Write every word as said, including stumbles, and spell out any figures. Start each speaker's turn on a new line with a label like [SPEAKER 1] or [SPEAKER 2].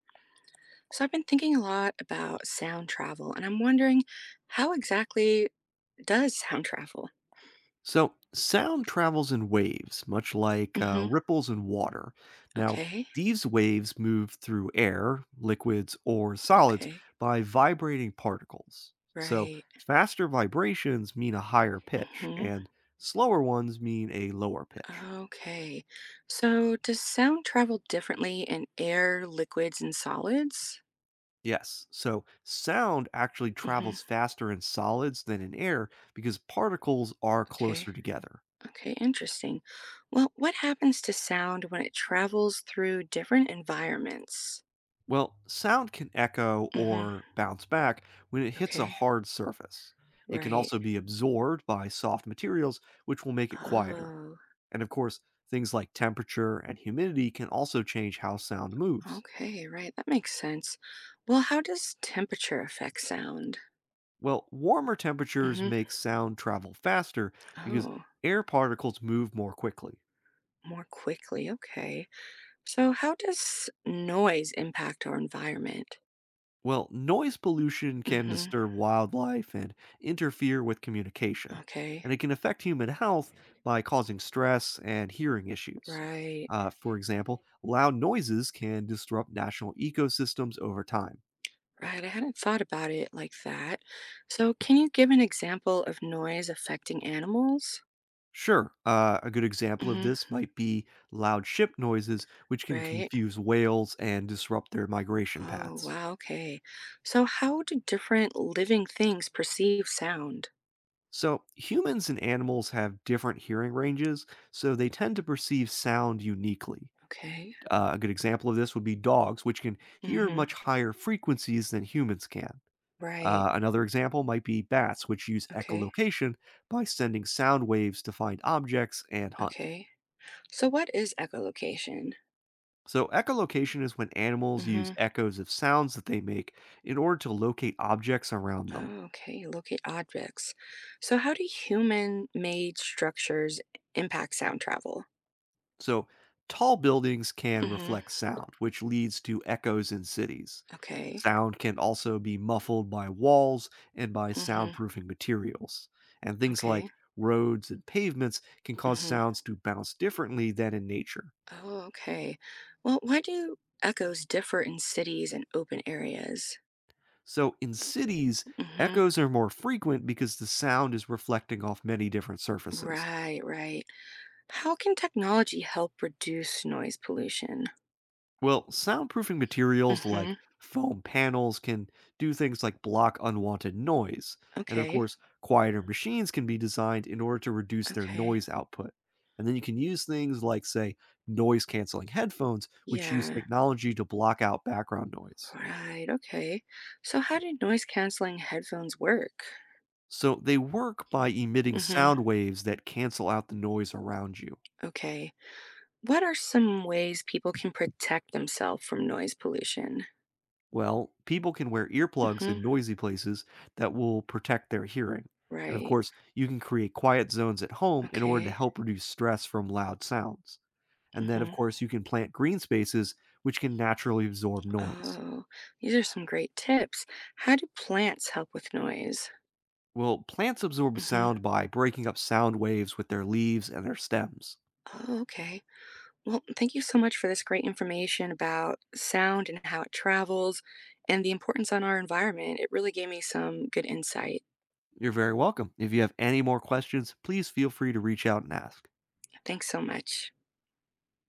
[SPEAKER 1] So I've been thinking a lot about sound travel, and I'm wondering how exactly does sound travel?
[SPEAKER 2] So, sound travels in waves, much like uh,
[SPEAKER 1] hmm
[SPEAKER 2] ripples in water. Now,
[SPEAKER 1] Okay.
[SPEAKER 2] these waves move through air, liquids, or solids
[SPEAKER 1] Okay.
[SPEAKER 2] by vibrating particles. So,
[SPEAKER 1] Right.
[SPEAKER 2] faster vibrations mean a higher pitch,
[SPEAKER 1] hmm
[SPEAKER 2] and slower ones mean a lower pitch.
[SPEAKER 1] Okay. So does sound travel differently in air, liquids, and solids?
[SPEAKER 2] Yes, so sound actually
[SPEAKER 1] hmm
[SPEAKER 2] travels faster in solids than in air because particles are
[SPEAKER 1] Okay.
[SPEAKER 2] closer together.
[SPEAKER 1] Okay. Interesting. Well, what happens to sound when it travels through different environments?
[SPEAKER 2] Well, sound can echo
[SPEAKER 1] hmm
[SPEAKER 2] or bounce back when it hits a
[SPEAKER 1] Okay.
[SPEAKER 2] hard surface. It can
[SPEAKER 1] Right.
[SPEAKER 2] also be absorbed by soft materials, which will make it quieter.
[SPEAKER 1] Oh.
[SPEAKER 2] And of course, things like temperature and humidity can also change how sound moves.
[SPEAKER 1] Okay, right. That makes sense. Well, how does temperature affect sound?
[SPEAKER 2] Well, warmer temperatures
[SPEAKER 1] hmm
[SPEAKER 2] make sound travel faster because
[SPEAKER 1] Oh,
[SPEAKER 2] air particles move more quickly.
[SPEAKER 1] more quickly. Okay. So, how does noise impact our environment?
[SPEAKER 2] Well, noise pollution can
[SPEAKER 1] hmm
[SPEAKER 2] disturb wildlife and interfere with communication,
[SPEAKER 1] Okay.
[SPEAKER 2] and it can affect human health by causing stress and hearing issues.
[SPEAKER 1] Right.
[SPEAKER 2] Uh, for example, loud noises can disrupt national ecosystems over time.
[SPEAKER 1] Right. I hadn't thought about it like that. So, can you give an example of noise affecting animals?
[SPEAKER 2] Sure, uh, a good example of
[SPEAKER 1] hmm
[SPEAKER 2] this might be loud ship noises, which can
[SPEAKER 1] Right.
[SPEAKER 2] confuse whales and disrupt their migration
[SPEAKER 1] Oh,
[SPEAKER 2] paths.
[SPEAKER 1] wow. Okay. So, how do different living things perceive sound?
[SPEAKER 2] So, humans and animals have different hearing ranges, so they tend to perceive sound uniquely.
[SPEAKER 1] Okay.
[SPEAKER 2] Uh, a good example of this would be dogs, which can hear
[SPEAKER 1] hmm
[SPEAKER 2] much higher frequencies than humans can.
[SPEAKER 1] Right.
[SPEAKER 2] Uh, another example might be bats, which use
[SPEAKER 1] Okay.
[SPEAKER 2] echolocation by sending sound waves to find objects and hunt.
[SPEAKER 1] Okay. So what is echolocation?
[SPEAKER 2] So, echolocation is when animals use
[SPEAKER 1] Mhm.
[SPEAKER 2] echoes of sounds that they make in order to locate objects around them.
[SPEAKER 1] Oh, okay. Locate objects. So how do human-made structures impact sound travel?
[SPEAKER 2] So, tall buildings can
[SPEAKER 1] Mhm.
[SPEAKER 2] reflect sound, which leads to echoes in cities.
[SPEAKER 1] Okay.
[SPEAKER 2] Sound can also be muffled by walls and by
[SPEAKER 1] Mhm.
[SPEAKER 2] soundproofing materials. And things
[SPEAKER 1] Okay.
[SPEAKER 2] like roads and pavements can cause
[SPEAKER 1] Mhm.
[SPEAKER 2] sounds to bounce differently than in nature.
[SPEAKER 1] Oh, okay. Well, why do echoes differ in cities and open areas?
[SPEAKER 2] So, in cities,
[SPEAKER 1] Mhm.
[SPEAKER 2] echoes are more frequent because the sound is reflecting off many different surfaces.
[SPEAKER 1] Right, right. How can technology help reduce noise pollution?
[SPEAKER 2] Well, soundproofing materials like
[SPEAKER 1] Mhm.
[SPEAKER 2] foam panels can do things like block unwanted noise. And of
[SPEAKER 1] Okay.
[SPEAKER 2] course, quieter machines can be designed in order to reduce their
[SPEAKER 1] Okay.
[SPEAKER 2] noise output. And then you can use things like, say, noise canceling headphones, which use
[SPEAKER 1] Yeah.
[SPEAKER 2] technology to block out background noise.
[SPEAKER 1] Right, okay. So how do noise canceling headphones work?
[SPEAKER 2] So they work by emitting
[SPEAKER 1] hmm
[SPEAKER 2] sound waves that cancel out the noise around you.
[SPEAKER 1] Okay. What are some ways people can protect themselves from noise pollution?
[SPEAKER 2] Well, people can wear earplugs
[SPEAKER 1] hmm
[SPEAKER 2] in noisy places that will protect their hearing. And of
[SPEAKER 1] Right.
[SPEAKER 2] course, you can create quiet zones at home in order to
[SPEAKER 1] Okay.
[SPEAKER 2] help reduce stress from loud sounds. And then, of
[SPEAKER 1] hmm
[SPEAKER 2] course, you can plant green spaces, which can naturally absorb noise.
[SPEAKER 1] Oh, these are some great tips. How do plants help with noise?
[SPEAKER 2] Well, plants absorb
[SPEAKER 1] hmm
[SPEAKER 2] sound by breaking up sound waves with their leaves and their stems.
[SPEAKER 1] Oh, okay. Well, thank you so much for this great information about sound and how it travels and the importance on our environment. It really gave me some good insight.
[SPEAKER 2] You're very welcome. If you have any more questions, please feel free to reach out and ask.
[SPEAKER 1] Thanks so much.